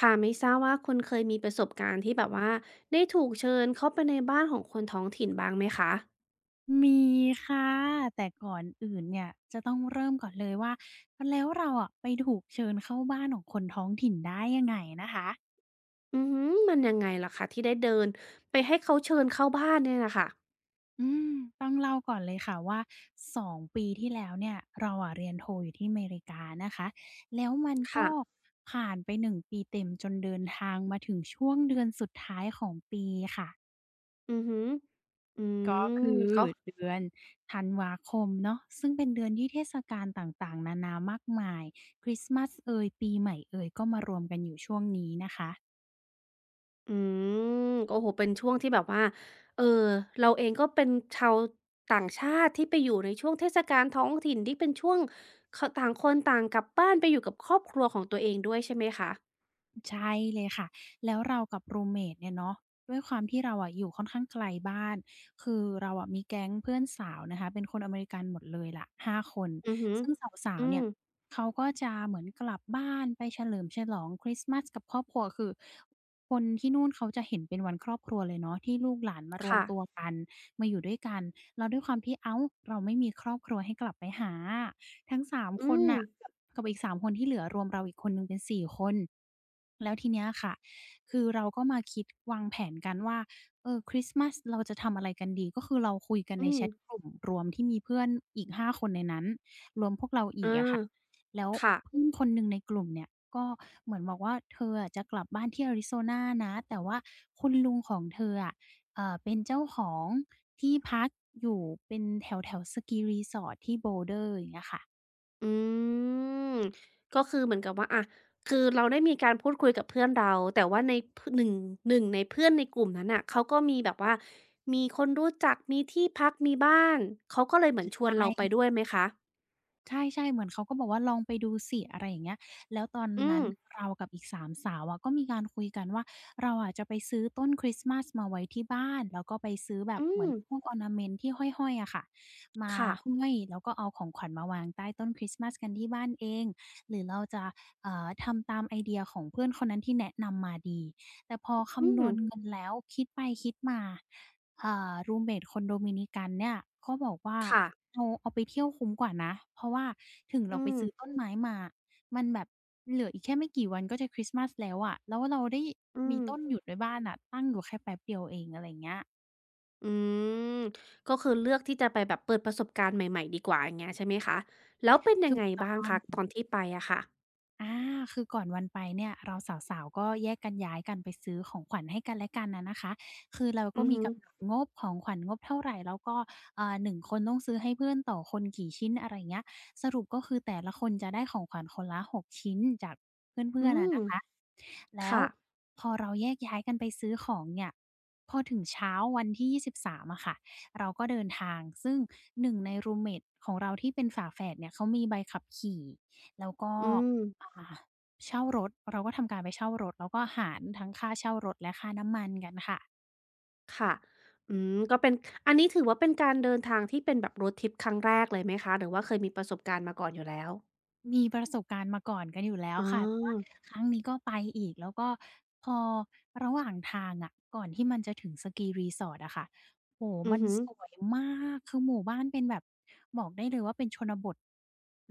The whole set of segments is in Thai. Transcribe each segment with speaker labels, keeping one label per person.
Speaker 1: ค่ะไม่ทราบว่าคุณเคยมีประสบการณ์ที่แบบว่าได้ถูกเชิญเข้าไปในบ้านของคนท้องถิ่นบ้างไหมคะ
Speaker 2: มีค่ะแต่ก่อนอื่นเนี่ยจะต้องเริ่มก่อนเลยว่าแล้วเราอะไปถูกเชิญเข้าบ้านของคนท้องถิ่นได้ยังไงนะคะ
Speaker 1: อือฮึมันยังไงล่ะคะที่ได้เดินไปให้เขาเชิญเข้าบ้านเนี่ยน่ะค่ะ
Speaker 2: อืมต้องเล่าก่อนเลยค่ะว่า2 ปีที่แล้วเนี่ยเราอะเรียนโทอยู่ที่อเมริกานะคะแล้วมันก็
Speaker 1: ค่ะ
Speaker 2: ผ่านไป1 ปีเต็มจนเดินทางมาถึงช่วงเดือนสุดท้ายของปีค่ะ
Speaker 1: อือฮึอื
Speaker 2: ก็
Speaker 1: ม
Speaker 2: คือ
Speaker 1: ก็
Speaker 2: เดือนธันวาคมเนาะซึ่งเป็นเดือนที่เทศกาลต่างๆนานามากมายคริสต์มาสเอยปีใหม่เอยก็มารวมกันอยู่ช่วงนี้นะคะ
Speaker 1: อืมโอ้โฮเป็นช่วงที่แบบว่าเอ่อเราเองก็เป็นชาวต่างชาติที่ไปอยู่ในช่วงเทศกาลท้องถิ่นที่เป็นช่วงคต่างคนต่างกลับบ้านไปอยู่กับครอบครัวของตัวเองด้วยใช่ไหมคะ
Speaker 2: ใช่เลยค่ะแล้วเรากับรูมเมตเนี่ยเนาะด้วยความที่เราอะอยู่ค่อนข้างไกลบ้านคือเราอะมีแก๊งเพื่อนสาวนะคะเป็นคนอเมริกันหมดเลยล่ะ5คน
Speaker 1: อือฮึ
Speaker 2: ซึ่งสาว
Speaker 1: อื
Speaker 2: ๆเนี่
Speaker 1: ม
Speaker 2: ยเขาก็จะเหมือนกลับบ้านไปเฉลิมฉลองคริสต์มาสกับครอบครัวคือคนที่นู่นเขาจะเห็นเป็นวันครอบครัวเลยเนาะที่ลูกหลานมารวม
Speaker 1: ค่ะ
Speaker 2: ตัวกันมาอยู่ด้วยกันแล้วด้วยความที่อ้าวเราไม่มีครอบครัวให้กลับไปหาอะ ทั้ง3ค
Speaker 1: อื
Speaker 2: น
Speaker 1: ม
Speaker 2: น่ะกับอีก3คนที่เหลือรวมเราอีกคนหนึ่งเป็น4คนแล้วทีเนี้ยค่ะคือเราก็มาคิดวางแผนกันว่าเออคริสต์มาสเราจะทำอะไรกันดีก็คือเราคุยกันใน
Speaker 1: อื
Speaker 2: แช
Speaker 1: ม
Speaker 2: ตกลุ่มรวมที่มีเพื่อนอีก5คนในนั้นรวมพวกเราอีก
Speaker 1: อา
Speaker 2: อะค่ะแล้ว
Speaker 1: ค่ะ
Speaker 2: เพื่อนคนหนึ่งในกลุ่มเนี่ยก็เหมือนบอกว่าเธออะจะกลับบ้านที่ Arizona นะแต่ว่าคุณลุงของเธออะเป็นเจ้าของที่พักอยู่เป็นแถวๆสกี resort ที่ Boulder" อย่างเงี้ยค่ะ
Speaker 1: อืม ก็คือเหมือนกับว่าอะคือเราได้มีการพูดคุยกับเพื่อนเราแต่ว่าในพหนึ่งในเพื่อนในกลุ่มนั้นน่ะเขาก็มีแบบว่า มีคนรู้จักมีที่พักมีบ้าน เขาก็เลยเหมือนช
Speaker 2: ใช
Speaker 1: วนเราไป
Speaker 2: ่
Speaker 1: ด้วยไหมคะ
Speaker 2: ใช่ๆเหมือนเขาก็บอกว่าลองไปดูสิอะไรอย่างเงี้ยแล้วตอน
Speaker 1: อื
Speaker 2: นั้
Speaker 1: ม
Speaker 2: นเรากับอีกสามสาวอะก็มีการคุยกันว่าเราอะจะไปซื้อต้นคริสต์มาสมาไว้ที่บ้านแล้วก็ไปซื้อแบบ
Speaker 1: อื
Speaker 2: เหมือ
Speaker 1: ม
Speaker 2: นพวก ornament ที่ห้อยๆอะค่ะมา
Speaker 1: ค่ะ
Speaker 2: ห้อยแล้วก็เอาของขวัญมาวางใต้ต้นคริสต์มาสกันที่บ้านเองหรือเราจะทำตามไอเดียของเพื่อนคนนั้นที่แนะนำมาดีแต่พอ
Speaker 1: อื
Speaker 2: คำน
Speaker 1: ม
Speaker 2: วณเงินแล้วคิดไปคิดมารูมเมตคนโดมินิกันเนี่ยก็บอกว่า
Speaker 1: ค่ะ
Speaker 2: เอาไปเที่ยวคุ้มกว่านะเพราะว่าถึงเรา
Speaker 1: อื
Speaker 2: ไป
Speaker 1: ม
Speaker 2: ซื้อต้นไม้มามันแบบเหลืออีกแค่ไม่กี่วันก็จะคริสต์มาสแล้วอะแล้วเราได้
Speaker 1: อื
Speaker 2: มี
Speaker 1: ม
Speaker 2: ต้นอยู่ในบ้านอ่ะตั้งอยู่แค่แป๊บเดียวเองอะไรอย่างเงี้ย
Speaker 1: อืม ก็คือเลือกที่จะไปแบบเปิดประสบการณ์ใหม่ๆดีกว่าอย่างเงี้ยใช่ไหมคะแล้วเป็นยั
Speaker 2: ถู
Speaker 1: ง
Speaker 2: ก
Speaker 1: ไง
Speaker 2: ต้อ
Speaker 1: บ้าง
Speaker 2: ง
Speaker 1: คะตอนที่ไปอะค่ะ
Speaker 2: อ่าคือก่อนวันไปเนี่ยเราสาวๆก็แยกกันย้ายกันไปซื้อของขวัญให้กันและกันนะนะคะคือเราก็
Speaker 1: อือ
Speaker 2: มี
Speaker 1: ฮึ
Speaker 2: กำหนดงบของขวัญงบเท่าไหร่แล้วก็เอ่า1คนต้องซื้อให้เพื่อนต่อคนกี่ชิ้นอะไรอย่เงี้ยสรุปก็คือแต่ละคนจะได้ของขวัญคนละ6ชิ้นจากเพื่
Speaker 1: อื
Speaker 2: อนๆนะ
Speaker 1: ม
Speaker 2: นะคะแล้ว
Speaker 1: ค่ะ
Speaker 2: พอเราแยกย้ายกันไปซื้อของเนี่ยพอถึงเช้าวันที่23อะค่ะเราก็เดินทางซึ่งหนึ่งในรูเมทของเราที่เป็นฝาแฝดเนี่ยเขามีใบขับขี่แล้วก็
Speaker 1: อืม
Speaker 2: ค่ะเช่ารถเราก็ทำการไปเช่ารถแล้วก็หารทั้งค่าเช่ารถและค่าน้ำมันกันค่ะ
Speaker 1: ค่ะอืมก็เป็นอันนี้ถือว่าเป็นการเดินทางที่เป็นแบบ road trip ครั้งแรกเลยไหมคะหรือว่าเคยมีประสบการณ์มาก่อนอยู่แล้ว
Speaker 2: มีประสบการณ์มาก่อนกันอยู่แล้ว
Speaker 1: อ๋
Speaker 2: ค่ะแต่ว่า
Speaker 1: อ
Speaker 2: ครั้งนี้ก็ไปอีกแล้วก็พอระหว่างทางอะก่อนที่มันจะถึงสกี resort อร์ทอะค่ะโอ้โฮ
Speaker 1: อื
Speaker 2: มั
Speaker 1: อ
Speaker 2: น
Speaker 1: ฮึ
Speaker 2: สวยมากคือหมู่บ้านเป็นแบบบอกได้เลยว่าเป็นชนบท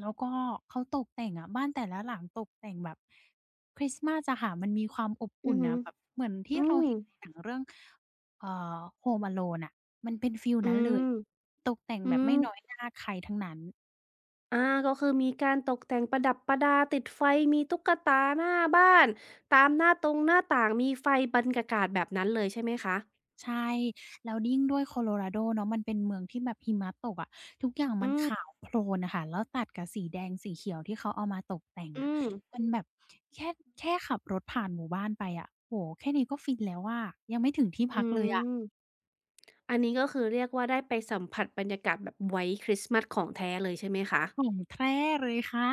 Speaker 2: แล้วก็เขาตกแต่งอะบ้านแต่ละหลังตกแต่งแบบคริสต์มาสอะค่ะมันมีความอบ
Speaker 1: อื
Speaker 2: อุ่
Speaker 1: อ
Speaker 2: น
Speaker 1: ฮึ
Speaker 2: น่ะแบบเหมือนที่
Speaker 1: อื
Speaker 2: เรา
Speaker 1: ม
Speaker 2: เห็นในหนังเรื่องเอ่อ Home Alone น่ะมันเป็นฟีล
Speaker 1: อื
Speaker 2: นั้นเลย
Speaker 1: ม
Speaker 2: ตกแต่ง
Speaker 1: อื
Speaker 2: แบบ
Speaker 1: ม
Speaker 2: ไม่น้อยหน้าใครทั้งนั้น
Speaker 1: อาก็คือมีการตกแต่งประดับประดาติดไฟมีตุ๊กตาหน้าบ้านตามหน้าตรงหน้าต่างมีไฟบรรยากาศแบบนั้นเลยใช่ไหมคะ
Speaker 2: ใช่แล้วยิ่งด้วยโคโลราโดเนาะมันเป็นเมืองที่แบบหิมะตกอะทุกอย่างมั
Speaker 1: อื
Speaker 2: นขา
Speaker 1: ม
Speaker 2: วโพลนน่ะค่ะแล้วตัดกับสีแดงสีเขียวที่เขาเอามาตกแต่ง
Speaker 1: อื
Speaker 2: อะ
Speaker 1: ม
Speaker 2: มันแบบแค่แค่ขับรถผ่านหมู่บ้านไปอะโอ้โฮแค่นี้ก็ฟินแล้วอะยังไม่ถึงที่
Speaker 1: อื
Speaker 2: พักเลยอะ
Speaker 1: ม อันนี้ก็คือเรียกว่าได้ไปสัมผัสบรรยากาศแบบ White Christmas ของแท้เลยใช่ไหมคะ
Speaker 2: ของแท้เลยค่ะ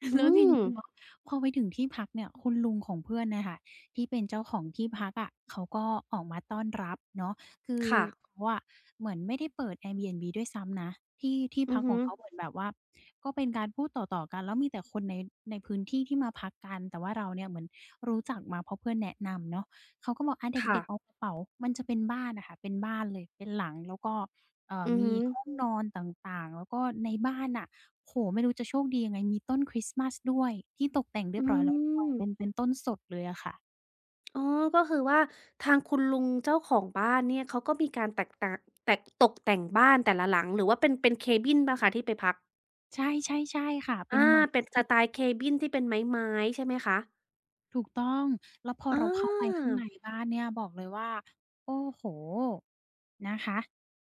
Speaker 1: อื
Speaker 2: แล้วที
Speaker 1: ม
Speaker 2: นี้เนาะพอไปถึงที่พักเนี่ยคุณลุงของเพื่อนนะคะที่เป็นเจ้าของที่พักอะเขาก็ออกมาต้อนรับเนาะคือ
Speaker 1: ค่ะ
Speaker 2: เขาอะเหมือนไม่ได้เปิด Airbnb ด้วยซ้ำนะที่ที่
Speaker 1: อื
Speaker 2: พั
Speaker 1: อ
Speaker 2: กข
Speaker 1: ฮึ
Speaker 2: องเขาเหมือนแบบว่าก็เป็นการพูดต่อๆกันแล้วมีแต่คนในพื้นที่ที่มาพักกันแต่ว่าเราเนี่ยเหมือนรู้จักมาเพราะเพื่อนแนะนำเนาะเขาก็บอกอะเ
Speaker 1: ค่ะ
Speaker 2: ด็กๆเอากระเป๋ามันจะเป็นบ้านนะคะเป็นบ้านเลยเป็นหลังแล้วก็
Speaker 1: อือ
Speaker 2: มี
Speaker 1: ฮึ
Speaker 2: ห้องนอนต่างๆแล้วก็ในบ้านอ่ะ โอ้โฮไม่รู้จะโชคดียังไงมีต้นคริสต์มาสด้วยที่ตกแต่งเรีย
Speaker 1: อื
Speaker 2: บร้อยแล้วด้วย
Speaker 1: ม
Speaker 2: เป็นต้นสดเลยอะค่ะ
Speaker 1: อ๋อก็คือว่าทางคุณลุงเจ้าของบ้านเนี่ยเขาก็มีการแตกต่างแตกตกแต่งบ้านแต่ละหลังหรือว่าเป็นเป็น cabin เปล่าคะที่ไปพัก
Speaker 2: ใช่ๆๆค่ะเป็น
Speaker 1: อา
Speaker 2: ไม้
Speaker 1: เป็นสไตล์ cabin ที่เป็นไม้ๆใช่ไหมคะ
Speaker 2: ถูกต้องแล้วพอ
Speaker 1: อา
Speaker 2: เราเข้าไปข้างในบ้านเนี่ยบอกเลยว่าโอ้โฮนะคะ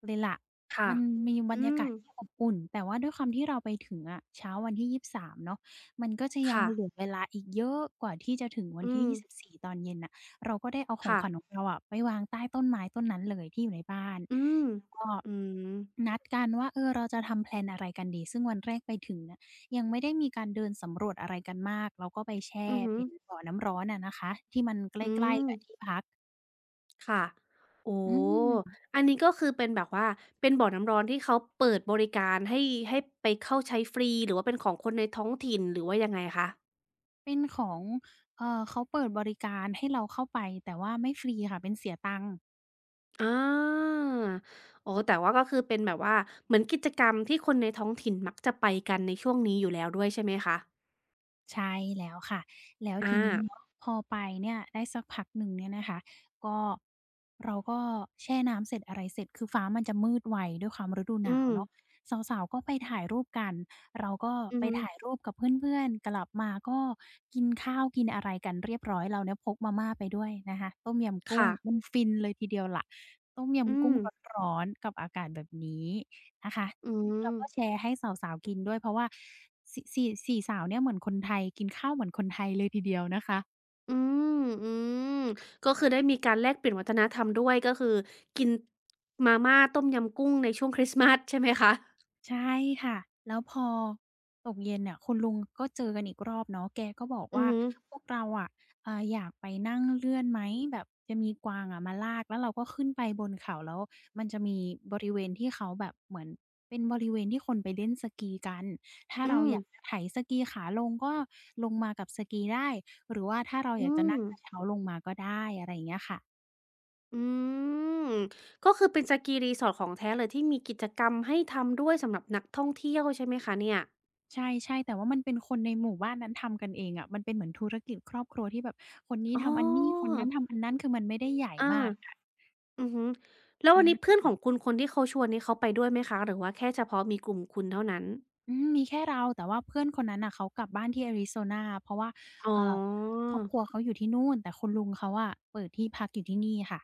Speaker 2: เลยล่ะ
Speaker 1: ค่ะ
Speaker 2: มันมีบรร
Speaker 1: อื
Speaker 2: ยา
Speaker 1: ม
Speaker 2: กาศที่อบอุ่นแต่ว่าด้วยความที่เราไปถึงอะเช้าวันที่23เนาะมันก็จะยัง
Speaker 1: ค่ะ
Speaker 2: เหลือเวลาอีกเยอะกว่าที่จะถึงวัน
Speaker 1: อื
Speaker 2: ที่
Speaker 1: ม
Speaker 2: ยี่สิบสี่ตอนเย็นน่ะเราก็ได้เอาของขวัญข
Speaker 1: ค่ะ
Speaker 2: องเราอะไปวางใต้ต้นไม้ต้นนั้นเลยที่อยู่ในบ้าน
Speaker 1: อืม
Speaker 2: แล้วก็
Speaker 1: อืม
Speaker 2: นัดกันว่าเออเราจะทำแพลนอะไรกันดีซึ่งวันแรกไปถึงเนี่ย ยังไม่ได้มีการเดินสำรวจอะไรกันมากเราก็ไปแช่
Speaker 1: อือฮึ
Speaker 2: เป็นบ่อน้ำร้อนอะนะคะที่มัน
Speaker 1: อื
Speaker 2: ใกล้
Speaker 1: ม
Speaker 2: ๆกับที่พัก
Speaker 1: ค่ะโอ้
Speaker 2: อืม
Speaker 1: อันนี้ก็คือเป็นแบบว่าเป็นบ่อน้ำร้อนที่เขาเปิดบริการให้ให้ไปเข้าใช้ฟรีหรือว่าเป็นของคนในท้องถิ่นหรือว่ายังไงคะ
Speaker 2: เป็นของเขาเปิดบริการให้เราเข้าไปแต่ว่าไม่ฟรีค่ะเป็นเสียตังค์
Speaker 1: อาอ๋อแต่ว่าก็คือเป็นแบบว่า เหมือนกิจกรรมที่คนในท้องถิ่นมักจะไปกันในช่วงนี้อยู่แล้วด้วยใช่ไหมคะ
Speaker 2: ใช่แล้วค่ะแล้ว
Speaker 1: อา
Speaker 2: ทีนี้เนาะพอไปเนี่ยได้สักพักหนึ่งเนี่ยนะคะก็เราก็แช่น้ำเสร็จอะไรเสร็จคือฟ้ามันจะมืดไวด้วยความฤดูห
Speaker 1: อื
Speaker 2: นาว
Speaker 1: ม
Speaker 2: เนาะสาวๆก็ไปถ่ายรูปกันเราก็
Speaker 1: อือ
Speaker 2: ไป
Speaker 1: ฮึ
Speaker 2: ถ่ายรูปกับเพื่อนๆกลับมาก็กินข้าวกินอะไรกันเรียบร้อยเราเนี่ยพกมาม่าไปด้วยนะคะต้มยำกุ้ง
Speaker 1: ค่ะ
Speaker 2: มันฟินเลยทีเดียวล่ะต้ม
Speaker 1: อื
Speaker 2: ยำกุ้ง
Speaker 1: ม
Speaker 2: ร้อนๆกับอากาศแบบนี้นะคะ
Speaker 1: อื
Speaker 2: เราก็แช
Speaker 1: ม
Speaker 2: ร์ให้สาวๆกินด้วยเพราะว่า4สาวเนี่ยเหมือนคนไทยกินข้าวเหมือนคนไทยเลยทีเดียวนะคะ
Speaker 1: อืมอืมก็คือได้มีการแลกเปลี่ยนวัฒนธรรมด้วยก็คือกินมาม่าต้มยำกุ้งในช่วงคริสต์มาสใช่ไหมคะ
Speaker 2: ใช่ค่ะแล้วพอตกเย็นเนี่ยคุณลุงก็เจอกันอีกรอบเนาะแกก็บอก
Speaker 1: อือ
Speaker 2: ว่า
Speaker 1: ฮึ
Speaker 2: พวกเราอะอยากไปนั่งเลื่อนไหมแบบจะมีกวางอะมาลากแล้วเราก็ขึ้นไปบนเขาแล้วมันจะมีบริเวณที่เขาแบบเหมือนเป็นบริเวณที่คนไปเล่นสกีกันถ้า
Speaker 1: อื
Speaker 2: เรา
Speaker 1: ม
Speaker 2: อยากจะไถสกีขาลงก็ลงมากับสกีได้หรือว่าถ้าเราอ
Speaker 1: อื
Speaker 2: ยากจะ
Speaker 1: ม
Speaker 2: นั่งกระเช้าลงมาก็ได้อะไรอย่างเงี้ยค่ะ
Speaker 1: อืมก็คือเป็นสกีรีสอร์ทของแท้เลยที่มีกิจกรรมให้ทำด้วยสำหรับนักท่องเที่ยวใช่ไหมคะเนี่ย
Speaker 2: ใช่ๆแต่ว่ามันเป็นคนในหมู่บ้านนั้นทำกันเองอะมันเป็นเหมือนธุรกิจครอบครัวที่แบบคนนี้
Speaker 1: อ๋อ
Speaker 2: ทำอันนี้คนนั้นทำอันนั้นคือมันไม่ได้ใหญ่
Speaker 1: อา
Speaker 2: มากค่ะ
Speaker 1: อือฮึแล้ววันนี้
Speaker 2: อา
Speaker 1: เพื่อนของคุณคนที่เขาชวนนี่เขาไปด้วยไหมคะหรือว่าแค่เฉพาะมีกลุ่มคุณเท่านั้น
Speaker 2: อืมมีแค่เราแต่ว่าเพื่อนคนนั้นน่ะเขากลับบ้านที่ Arizona เพราะว่า
Speaker 1: อ๋อ
Speaker 2: เอ่อครอบครัวเขาอยู่ที่นู่นแต่คุณลุงเขาอะเปิดที่พักอยู่ที่นี่ค่ะ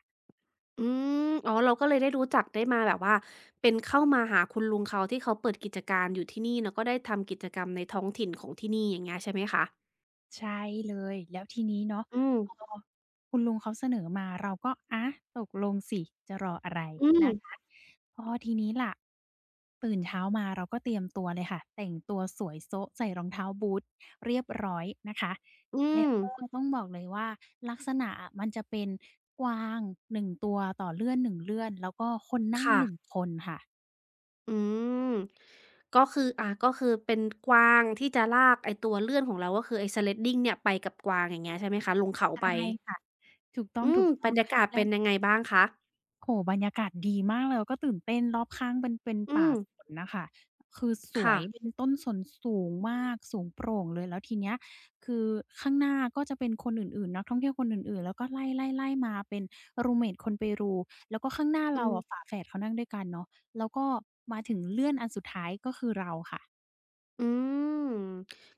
Speaker 1: อืมอ๋อเราก็เลยได้รู้จักได้มาแบบว่าเป็นเข้ามาหาคุณลุงเขาที่เขาเปิดกิจการอยู่ที่นี่แล้วก็ได้ทำกิจกรรมในท้องถิ่นของที่นี่อย่างเงี้ยใช่ไหมคะ
Speaker 2: ใช่เลยแล้วทีนี้เนาะ
Speaker 1: อืม
Speaker 2: พอคุณลุงเขาเสนอมาเราก็ตกลงสิจะรออะไร
Speaker 1: อืม
Speaker 2: นะคะพอทีนี้ล่ะตื่นเช้ามาเราก็เตรียมตัวเลยค่ะแต่งตัวสวยโซะใส่รองเท้าบูตส์เรียบร้อยนะคะ
Speaker 1: อื
Speaker 2: แล้ว
Speaker 1: ม
Speaker 2: ก็ต้องบอกเลยว่าลักษณะอะมันจะเป็นกวางหนึ่งตัวต่อเลื่อนหนึ่งเลื่อนแล้วก็คนนั่ง
Speaker 1: ค่ะ
Speaker 2: หนึ่งคนค่ะ
Speaker 1: อืมก็คืออ่าก็คือเป็นกวางที่จะลากไอ้ตัวเลื่อนของเราก็คือไอ้ sledding เนี่ยไปกับกวางอย่างเงี้ยใช่ไหมคะลงเขา
Speaker 2: ใช่
Speaker 1: ไป
Speaker 2: ค่ะถูกต้อง
Speaker 1: อืม
Speaker 2: ๆ
Speaker 1: บรรยากาศ
Speaker 2: แล้
Speaker 1: เป็
Speaker 2: ว
Speaker 1: นยังไงบ้างคะ
Speaker 2: โอ้โฮบรรยากาศดีมากเลยแล้วก็ตื่นเต้นรอบข้างเป็น
Speaker 1: อื
Speaker 2: ป่า
Speaker 1: ม
Speaker 2: สนน่ะค่ะคือสว
Speaker 1: ค่ะ
Speaker 2: ยเป็นต้นสนสูงมากสูงโปร่งเลยแล้วทีเนี้ยคือข้างหน้าก็จะเป็นคนอื่นๆนักท่องเที่ยวคนอื่นๆแล้วก็ไล่ๆๆมาเป็นรูมเมตคนเปรูแล้วก็ข้างหน้า
Speaker 1: อื
Speaker 2: เรา
Speaker 1: ม
Speaker 2: อะฝาแฝดเขานั่งด้วยกันเนาะแล้วก็มาถึงเลื่อนอันสุดท้ายก็คือเราค่ะ
Speaker 1: อืม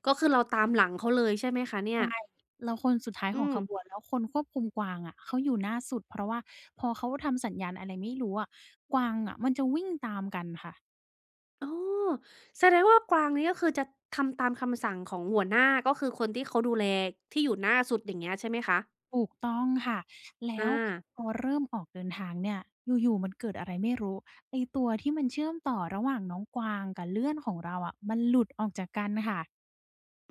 Speaker 1: ก็คือเราตามหลังเขาเลยใช่ไหมคะเนี่ย
Speaker 2: เราคนสุดท้าย
Speaker 1: อื
Speaker 2: ของ
Speaker 1: ม
Speaker 2: ขบวนแล้วคนควบคุมกวางอะเขาอยู่หน้าสุดเพราะว่าพอเขาทำสัญญาณอะไรไม่รู้อะกวางอะมันจะวิ่งตามกันค่ะ
Speaker 1: อ๋อแสดงว่ากวางนี่ก็คือจะทำตามคำสั่งของหัวหน้าก็คือคนที่เขาดูแลที่อยู่หน้าสุดอย่างเงี้ยใช่ไหมคะ
Speaker 2: ถูกต้องค่ะแล้ว
Speaker 1: อา
Speaker 2: พอเริ่มออกเดินทางเนี่ยอยู่ๆมันเกิดอะไรไม่รู้ไอ้ตัวที่มันเชื่อมต่อระหว่างน้องกวางกับเลื่อนของเราอะมันหลุดออกจากกันค่ะ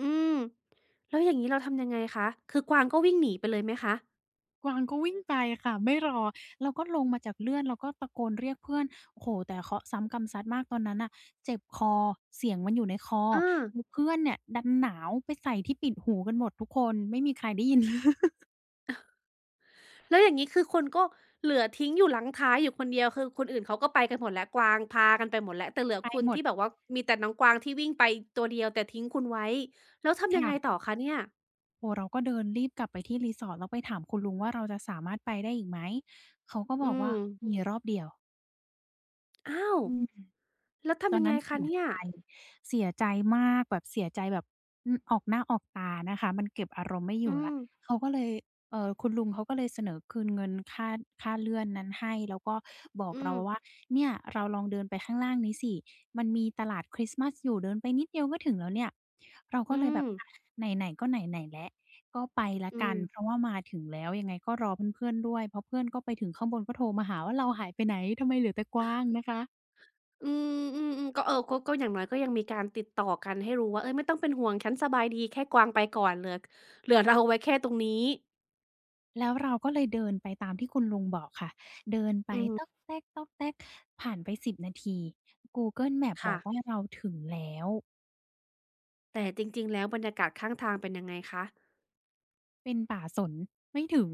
Speaker 1: อืมแล้วอย่างงี้เราทำยังไงคะคือกวางก็วิ่งหนีไปเลยไหมคะ
Speaker 2: กวางก็วิ่งไปค่ะไม่รอแล้วก็ลงมาจากเลื่อนแล้วก็ตะโกนเรียกเพื่อนโอ้โฮแต่เคราะห์ซ้ำกรรมซัดมากตอนนั้นน่ะเจ็บคอเสียงมันอยู่ในคอ
Speaker 1: อา
Speaker 2: แล้วเพื่อนเนี่ยดันหนาวไปใส่ที่ปิดหูกันหมดทุกคนไม่มีใครได้ยิน
Speaker 1: แล้วอย่างงี้คือคนก็เหลือทิ้งอยู่หลังท้ายอยู่คนเดียวคือคนอื่นเขาก็ไปกันหมดแล้วกวางพากันไปหมดแล้วแต่เหลือ
Speaker 2: ไป
Speaker 1: คุณ
Speaker 2: หมด
Speaker 1: ที่แบบว่ามีแต่น้องกวางที่วิ่งไปตัวเดียวแต่ทิ้งคุณไว้แล้วทำยังไงต่อ
Speaker 2: ค่ะ
Speaker 1: คะเนี่ย
Speaker 2: โอ้เราก็เดินรีบกลับไปที่ resort แล้วไปถามคุณลุงว่าเราจะสามารถไปได้อีกไหม เขาก็บ
Speaker 1: อื
Speaker 2: อกว่า
Speaker 1: ม
Speaker 2: มีรอบเดียว
Speaker 1: อ้าวแล้ว
Speaker 2: ต
Speaker 1: ทำ
Speaker 2: อน
Speaker 1: ยัง
Speaker 2: นั้
Speaker 1: ไง
Speaker 2: น
Speaker 1: คะ
Speaker 2: เสีย
Speaker 1: เนี่ย
Speaker 2: ใจเสียใจมากแบบเสียใจแบบออกหน้าออกตานะคะมันเก็บอารมณ์ไม่อ
Speaker 1: อื
Speaker 2: ยู่แล้ว
Speaker 1: ม
Speaker 2: เขาก็เลยคุณลุงเขาก็เลยเสนอคืนเงินค่าเลื่อนนั้นให้แล้วก็บอก
Speaker 1: อื
Speaker 2: เรา
Speaker 1: ม
Speaker 2: ว่าเนี่ยเราลองเดินไปข้างล่างนี้สิมันมีตลาดคริสต์มาสอยู่เดินไปนิดเดียวก็ถึงแล้วเนี่ยเราก็
Speaker 1: อื
Speaker 2: เลยแบ
Speaker 1: ม
Speaker 2: บอะไหนๆก็ไหนๆแล้วก็ไปแล้ว
Speaker 1: อื
Speaker 2: กัน
Speaker 1: ม
Speaker 2: เพราะว่ามาถึงแล้วยังไงก็รอเพื่อนๆด้วยเพราะเพื่อนก็ไปถึงข้างบนก็โทรมาหาว่าเราหายไปไหนทำไมเหลือแต่กวางนะคะ
Speaker 1: อืมๆๆก็เออก็ก็อย่างน้อยก็ยังมีการติดต่อกันให้รู้ว่าเฮ้ยไม่ต้องเป็นห่วงฉันสบายดีแค่กวางไปก่อนเหลือเหลือเราไว้แค่ตรงนี้
Speaker 2: แล้วเราก็เลยเดินไปตามที่คุณลุงบอกค่ะเดินไป
Speaker 1: อืม
Speaker 2: ต๊อกแต๊กต๊อกแต๊กผ่านไป10นาที Google Maps บอ
Speaker 1: ค่ะ
Speaker 2: กว่าเราถึงแล้ว
Speaker 1: แต่จริงๆแล้วบรรยากาศข้างทางเป็นยังไงคะ
Speaker 2: เป็นป่าสนไม่ถึง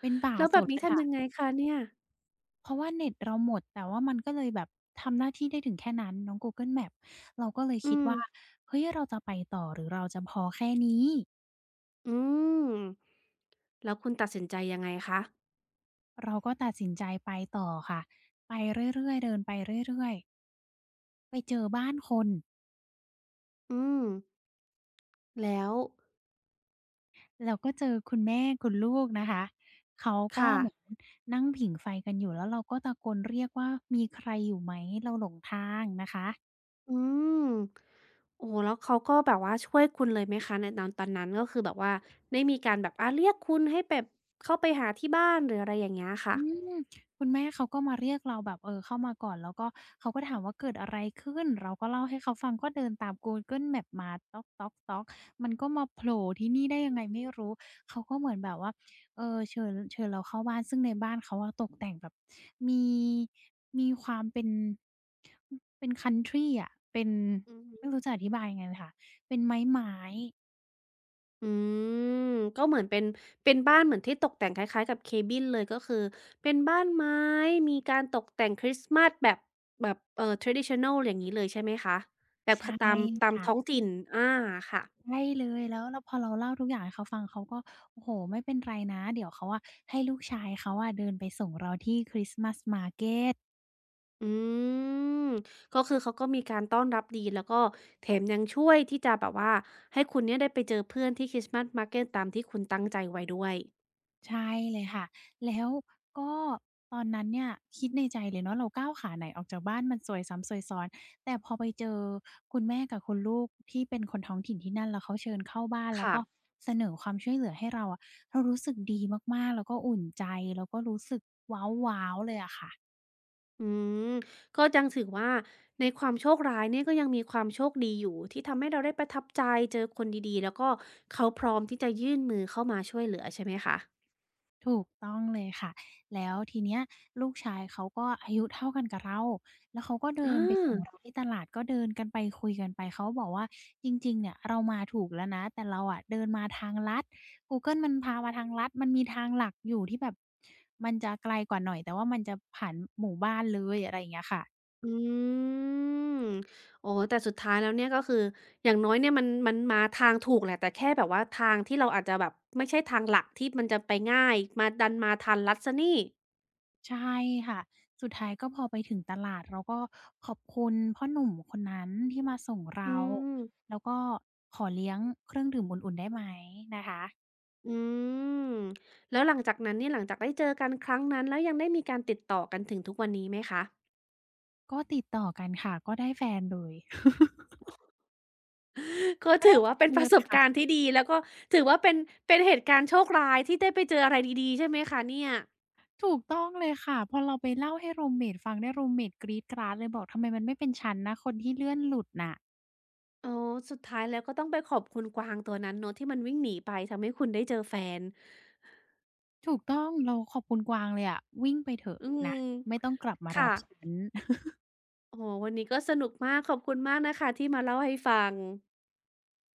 Speaker 2: เป็นป่า
Speaker 1: แล้ว
Speaker 2: ส
Speaker 1: แบบ
Speaker 2: นเล
Speaker 1: นี้
Speaker 2: ย
Speaker 1: ทำยัง
Speaker 2: ค่ะ
Speaker 1: ไงคะเนี่ย
Speaker 2: เพราะว่าเน็ตเราหมดแต่ว่ามันก็เลยแบบทำหน้าที่ได้ถึงแค่นั้นน้อง Google Maps เราก็เลยคิ
Speaker 1: อื
Speaker 2: ด
Speaker 1: ม
Speaker 2: ว่าเฮ้ยเราจะไปต่อหรือเราจะพอแค่นี้
Speaker 1: อืมแล้วคุณตัดสินใจยังไงคะ
Speaker 2: เราก็ตัดสินใจไปต่อค่ะ ไปเรื่อยๆเดินไปเรื่อยๆไปเจอบ้านคน
Speaker 1: อืมแล้ว
Speaker 2: เราก็เจอคุณแม่คุณลูกนะคะ เขาก็
Speaker 1: ค่ะ
Speaker 2: เหมือนนั่งผิงไฟกันอยู่แล้วเราก็ตะโกนเรียกว่ามีใครอยู่ไหมเราหลงทางนะคะ
Speaker 1: อืมโอ้โฮแล้วเขาก็แบบว่าช่วยคุณเลยไหมคะในตอนตอนนั้นก็คือแบบว่าได้มีการแบบอาเรียกคุณให้แบบเข้าไปหาที่บ้านหรืออะไรอย่างเงี้ยค่ะ
Speaker 2: อืมคุณแม่เขาก็มาเรียกเราแบบเออเข้ามาก่อนแล้วก็เขาก็ถามว่าเกิดอะไรขึ้นเราก็เล่าให้เขาฟังก็เดินตาม Google Maps มามันก็มาโผล่ที่นี่ได้ยังไงไม่รู้เขาก็เหมือนแบบว่าเออเชิญเชิญเราเข้าบ้านซึ่งในบ้านเขาอะตกแต่งแบบมีมีความเป็นคันทรีอะเป็น
Speaker 1: อือฮึ
Speaker 2: ไม่รู้จะอธิบายยังไงเลยค่ะเป็นไม้
Speaker 1: อืมก็เหมือนเป็นเป็นบ้านเหมือนที่ตกแต่งคล้ายๆกับ Cabin เลยก็คือเป็นบ้านไม้มีการตกแต่งคริสต์มาสแบบแบบtraditional อย่างงี้เลยใช่ไหมคะแบ
Speaker 2: ๆ
Speaker 1: บค
Speaker 2: ใช่
Speaker 1: ตามตาม
Speaker 2: ค่ะ
Speaker 1: ท้องถิ่นอาค่ะ
Speaker 2: ใช่เลยแล้วพอเราเล่าทุกอย่างให้เขาฟังเขาก็โอ้โฮไม่เป็นไรนะเดี๋ยวเขาอะให้ลูกชายเขาอะเดินไปส่งเราที่คริสต์มาสมาร์เก็ต
Speaker 1: อืม ก็คือเขาก็มีการต้อนรับดีแล้วก็แถมยังช่วยที่จะแบบว่าให้คุณเนี่ยได้ไปเจอเพื่อนที่คริสต์มาสมาร์เก็ตตามที่คุณตั้งใจไว้ด้วย
Speaker 2: ใช่เลยค่ะแล้วก็ตอนนั้นเนี่ยคิดในใจเลยเนาะเราก้าวขาไหนออกจากบ้านมันซวยซ้ำซวยซ้อนแต่พอไปเจอคุณแม่กับคุณลูกที่เป็นคนท้องถิ่นที่นั่นแล้วเขาเชิญเข้าบ้านแล้ว
Speaker 1: ค่ะ
Speaker 2: ก็เสนอความช่วยเหลือให้เราอะเรารู้สึกดีมากๆแล้วก็อุ่นใจแล้วก็รู้สึกว้าวๆเลยอะค่ะ
Speaker 1: อืม ก็ยังถือว่าในความโชคร้ายเนี่ยก็ยังมีความโชคดีอยู่ที่ทำให้เราได้ประทับใจเจอคนดีๆแล้วก็เขาพร้อมที่จะยื่นมือเข้ามาช่วยเหลือใช่ไหมคะ
Speaker 2: ถูกต้องเลยค่ะแล้วทีเนี้ยลูกชายเขาก็อายุเท่ากันกับเราแล้วเขาก็
Speaker 1: อ
Speaker 2: เดินไปส่งเรา
Speaker 1: า
Speaker 2: ที่ตลาดก็เดินกันไปคุยกันไปเขาบอกว่าจริงๆเนี่ยเรามาถูกแล้วนะแต่เราอะเดินมาทางลัด Google มันพามาทางลัดมันมีทางหลักอยู่ที่แบบมันจะไกลกว่าหน่อยแต่ว่ามันจะผ่านหมู่บ้านเลยอะไรอย่างเงี้ยค่ะ
Speaker 1: อืม โอ้แต่สุดท้ายแล้วเนี่ยก็คืออย่างน้อยเนี่ยมันมันมาทางถูกแหละแต่แค่แบบว่าทางที่เราอาจจะแบบไม่ใช่ทางหลักที่มันจะไปง่ายมาดันมาทางลัดเสียนี่
Speaker 2: ใช่ค่ะสุดท้ายก็พอไปถึงตลาดเราก็ขอบคุณพ่อหนุ่มคนนั้นที่มาส่ง
Speaker 1: อื
Speaker 2: เรา
Speaker 1: ม
Speaker 2: แล้วก็ขอเลี้ยงเครื่องดื่มอุ่นๆได้ไหมนะคะ
Speaker 1: อืมแล้วหลังจากนั้นเนี่ยหลังจากได้เจอกันครั้งนั้นแล้วยังได้มีการติดต่อกันถึงทุกวันนี้ไหมคะ
Speaker 2: ก็ติดต่อกันค่ะก็ได้แฟนเลย
Speaker 1: ก็
Speaker 2: ก็ได้
Speaker 1: ถือ
Speaker 2: แฟ
Speaker 1: ว่าเป็
Speaker 2: น
Speaker 1: นป
Speaker 2: เล
Speaker 1: ระ
Speaker 2: ย
Speaker 1: สบ
Speaker 2: ค่ะ
Speaker 1: การณ์ที่ดีแล้วก็ถือว่าเป็นเป็นเหตุการณ์โชคร้ายที่ได้ไปเจออะไรดีๆใช่ไหมคะเนี่ย
Speaker 2: ถูกต้องเลยค่ะพอเราไปเล่าให้รูมเมตฟังเนี่ยรูมเมตกรี๊ดกราดเลยบอกทำไมมันไม่เป็นฉันนะคนที่เลื่อนหลุดน่ะ
Speaker 1: อ๋อสุดท้ายแล้วก็ต้องไปขอบคุณกวางตัวนั้นเนาะที่มันวิ่งหนีไปทำให้คุณได้เจอแฟน
Speaker 2: ถูกต้องเราขอบคุณกวางเลยอะวิ่งไปเถอะ
Speaker 1: อืม
Speaker 2: นะไม่ต้องกลับมารั
Speaker 1: ค่ะ
Speaker 2: บฉัน
Speaker 1: โอ้โฮวันนี้ก็สนุกมากขอบคุณมากนะคะที่มาเล่าให้ฟัง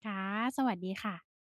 Speaker 2: ค่ะสวัสดีค่ะ